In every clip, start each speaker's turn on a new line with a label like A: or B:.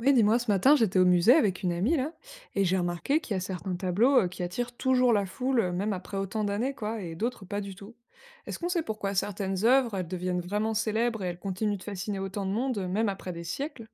A: Oui, dis-moi, ce matin, j'étais au musée avec une amie, là, et j'ai remarqué qu'il y a certains tableaux qui attirent toujours la foule, même après autant d'années, quoi, et d'autres pas du tout. Est-ce qu'on sait pourquoi certaines œuvres, elles deviennent vraiment célèbres et elles continuent de fasciner autant de monde, même après des siècles?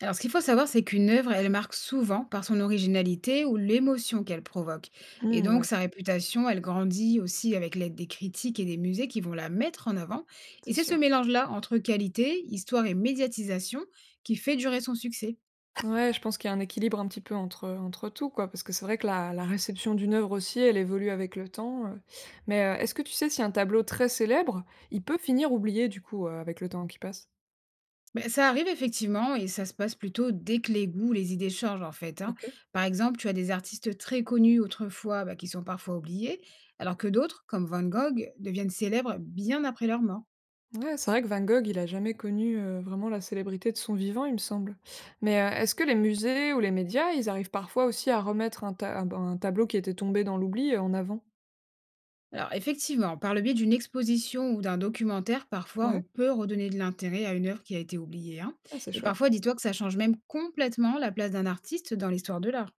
B: Alors, ce qu'il faut savoir, c'est qu'une œuvre, elle marque souvent par son originalité ou l'émotion qu'elle provoque. Et
A: Hmm,
B: donc,
A: ouais,
B: sa réputation, elle grandit aussi avec l'aide des critiques et des musées qui vont la mettre en avant. Et
A: c'est
B: c'est ce
A: sûr.
B: mélange-là entre qualité, histoire et médiatisation qui fait durer son succès.
A: Ouais, je pense qu'il y a un équilibre un petit peu entre, entre tout, quoi, parce que c'est vrai que la réception d'une œuvre aussi, elle évolue avec le temps. Mais est-ce que tu sais si un tableau très célèbre, il peut finir oublié, du coup, avec le temps qui passe?
B: Ben, ça arrive effectivement et ça se passe plutôt dès que les goûts, les idées changent en fait, hein.
A: Ok.
B: Par exemple, tu as des artistes très connus autrefois bah, qui sont parfois oubliés, alors que d'autres, comme Van Gogh, deviennent célèbres bien après leur mort.
A: Ouais, c'est vrai que Van Gogh, il a jamais connu, vraiment la célébrité de son vivant, il me semble. Mais, est-ce que les musées ou les médias, ils arrivent parfois aussi à remettre un ta ben, un tableau qui était tombé dans l'oubli, en avant?
B: Alors effectivement, par le biais d'une exposition ou d'un documentaire, parfois
A: Ouais?
B: on peut redonner de l'intérêt à une œuvre qui a été oubliée, hein.
A: Ah, c'est
B: Et
A: chouette.
B: parfois, dis-toi que ça change même complètement la place d'un artiste dans l'histoire de l'art.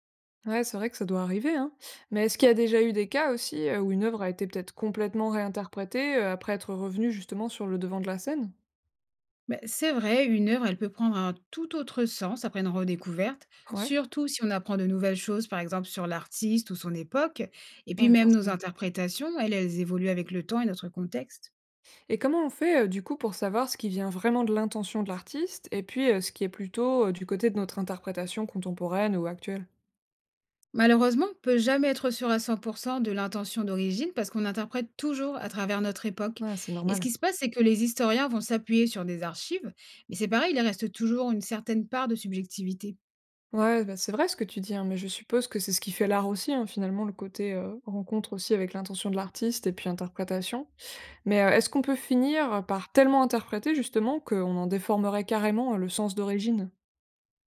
A: Ouais, c'est vrai que ça doit arriver, hein. Mais est-ce qu'il y a déjà eu des cas aussi, où une œuvre a été peut-être complètement réinterprétée, après être revenue justement sur le devant de la scène?
B: Ben, c'est vrai, une œuvre, elle peut prendre un tout autre sens après une redécouverte,
A: Ouais?
B: surtout si on apprend de nouvelles choses, par exemple sur l'artiste ou son époque. Et puis
A: Ouais,
B: même nos
A: forcément.
B: interprétations, elles évoluent avec le temps et notre contexte.
A: Et comment on fait, du coup, pour savoir ce qui vient vraiment de l'intention de l'artiste et puis, ce qui est plutôt, du côté de notre interprétation contemporaine ou actuelle?
B: Malheureusement, on ne peut jamais être sûr à 100% de l'intention d'origine parce qu'on interprète toujours à travers notre époque.
A: Ouais, c'est
B: Et ce
A: normal.
B: qui se passe, c'est que les historiens vont s'appuyer sur des archives, mais c'est pareil, il reste toujours une certaine part de subjectivité.
A: Ouais, bah, c'est vrai ce que tu dis, hein, mais je suppose que c'est ce qui fait l'art aussi, hein, finalement, le côté rencontre aussi avec l'intention de l'artiste et puis interprétation. Mais est-ce qu'on peut finir par tellement interpréter justement qu'on en déformerait carrément le sens d'origine?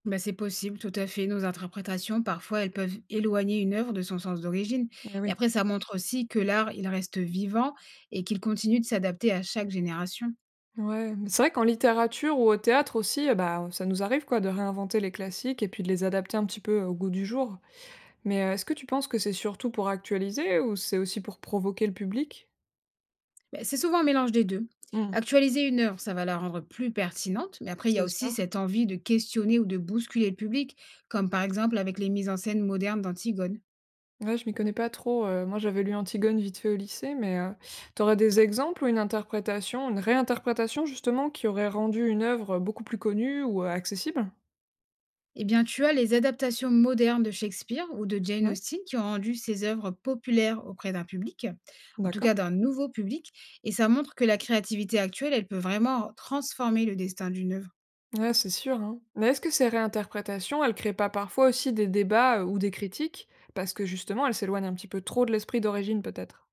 B: Bah, c'est possible, tout à fait. Nos interprétations, parfois, elles peuvent éloigner une œuvre de son sens d'origine.
A: Eh
B: Mais
A: oui.
B: après, ça montre aussi que l'art, il reste vivant et qu'il continue de s'adapter à chaque génération.
A: Ouais, mais c'est vrai qu'en littérature ou au théâtre aussi, bah, ça nous arrive quoi de réinventer les classiques et puis de les adapter un petit peu au goût du jour. Mais est-ce que tu penses que c'est surtout pour actualiser ou c'est aussi pour provoquer le public?
B: Beh, c'est souvent un mélange des 2.
A: Hmm,
B: Actualiser une œuvre, ça va la rendre plus pertinente, mais après, il y a
A: c'est
B: aussi
A: sûr.
B: cette envie de questionner ou de bousculer le public, comme par exemple avec les mises en scène modernes d'Antigone.
A: Ouais, je m'y connais pas trop, moi j'avais lu Antigone vite fait au lycée, mais tu des exemples ou une interprétation, une réinterprétation justement qui aurait rendu une œuvre, beaucoup plus connue ou, accessible?
B: Eh bien, tu as les adaptations modernes de Shakespeare ou de Jane
A: Ouais,
B: Austen qui ont rendu ces œuvres populaires auprès d'un public, en tout cas
A: d'accord.
B: d'un nouveau public, et ça montre que la créativité actuelle, elle peut vraiment transformer le destin d'une œuvre.
A: Ouais, c'est sûr, hein. Mais est-ce que ces réinterprétations, elles créent pas parfois aussi des débats, ou des critiques? Parce que justement, elles s'éloignent un petit peu trop de l'esprit d'origine peut-être?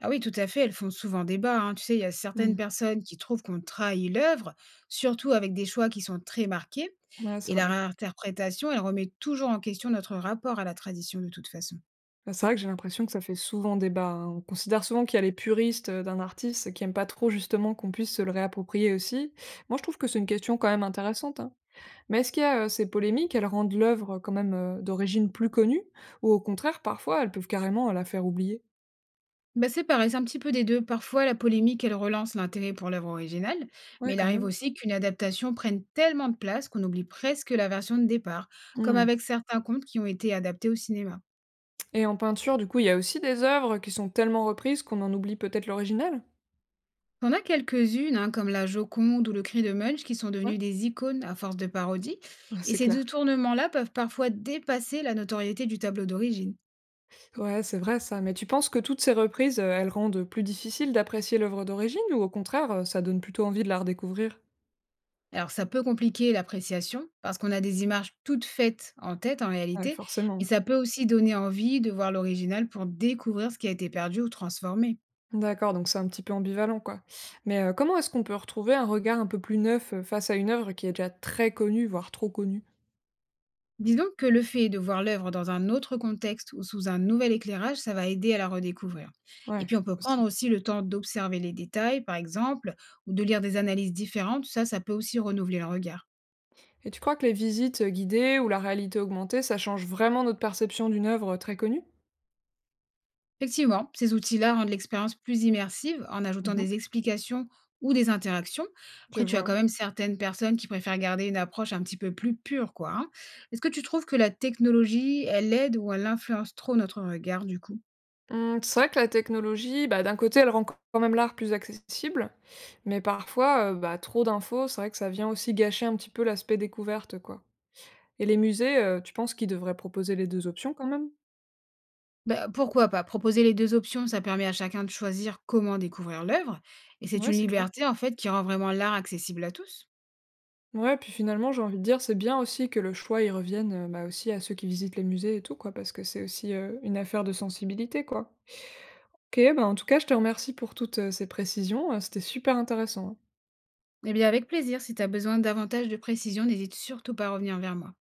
B: Ah oui, tout à fait, elles font souvent débat, hein. Tu sais, il y a
A: Mmh.
B: certaines personnes qui trouvent qu'on trahit l'œuvre, surtout avec des choix qui sont très marqués.
A: Ouais, c'est
B: Et la
A: vrai.
B: réinterprétation, elle remet toujours en question notre rapport à la tradition de toute façon.
A: C'est vrai que j'ai l'impression que ça fait souvent débat, hein. On considère souvent qu'il y a les puristes, d'un artiste qui aiment pas trop justement qu'on puisse se le réapproprier aussi. Moi, je trouve que c'est une question quand même intéressante, hein. Mais est-ce qu'il y a, ces polémiques, elles rendent l'œuvre quand même, d'origine plus connue ou au contraire, parfois, elles peuvent carrément la faire oublier?
B: Bah, c'est pareil, c'est un petit peu des deux. Parfois, la polémique, elle relance l'intérêt pour l'œuvre originale,
A: Ouais,
B: mais il
A: quand
B: arrive
A: même.
B: aussi qu'une adaptation prenne tellement de place qu'on oublie presque la version de départ, comme
A: Mmh,
B: avec certains contes qui ont été adaptés au cinéma.
A: et en peinture, du coup, il y a aussi des œuvres qui sont tellement reprises qu'on en oublie peut-être l'original?
B: On a quelques-unes, hein, comme la Joconde ou le cri de Munch, qui sont
A: Ouais,
B: devenues des icônes à force de parodies. Et
A: c'est
B: ces
A: clair.
B: détournements-là peuvent parfois dépasser la notoriété du tableau d'origine.
A: Ouais, c'est vrai ça. Mais tu penses que toutes ces reprises, elles rendent plus difficile d'apprécier l'œuvre d'origine ou au contraire, ça donne plutôt envie de la redécouvrir?
B: Alors ça peut compliquer l'appréciation, parce qu'on a des images toutes faites en tête en
A: Ouais,
B: réalité, mais
A: forcément.
B: ça peut aussi donner envie de voir l'original pour découvrir ce qui a été perdu ou transformé.
A: D'accord, donc c'est un petit peu ambivalent, quoi. Mais, comment est-ce qu'on peut retrouver un regard un peu plus neuf, face à une œuvre qui est déjà très connue, voire trop connue?
B: Disons que le fait de voir l'œuvre dans un autre contexte ou sous un nouvel éclairage, ça va aider à la redécouvrir. Et
A: Ouais,
B: puis on peut prendre
A: aussi.
B: aussi le temps d'observer les détails, par exemple, ou de lire des analyses différentes, ça peut aussi renouveler le regard.
A: Et tu crois que les visites, guidées ou la réalité augmentée, ça change vraiment notre perception d'une œuvre, très connue?
B: Effectivement, ces outils-là rendent l'expérience plus immersive en ajoutant
A: Mmh mh.
B: des explications ou des interactions.
A: Je
B: Après, tu as
A: vois,
B: quand
A: ouais.
B: même certaines personnes qui préfèrent garder une approche un petit peu plus pure, quoi, hein. Est-ce que tu trouves que la technologie, elle aide ou elle influence trop notre regard, du coup?
A: Mmh, c'est vrai que la technologie, bah, d'un côté, elle rend quand même l'art plus accessible, mais parfois, bah, trop d'infos, c'est vrai que ça vient aussi gâcher un petit peu l'aspect découverte, quoi. Et les musées, tu penses qu'ils devraient proposer les 2 options quand même?
B: Bah, pourquoi pas? Proposer les 2 options, ça permet à chacun de choisir comment découvrir l'œuvre et c'est
A: Ouais,
B: une
A: c'est clair.
B: liberté, en fait, qui rend vraiment l'art accessible à tous.
A: Ouais, puis finalement, j'ai envie de dire, c'est bien aussi que le choix, y revienne, bah, aussi à ceux qui visitent les musées et tout, quoi, parce que c'est aussi, une affaire de sensibilité, quoi. OK, bah, en tout cas, je te remercie pour toutes, ces précisions, c'était super intéressant. Hein.
B: Eh bien, avec plaisir, si tu as besoin davantage de précision, n'hésite surtout pas à revenir vers moi.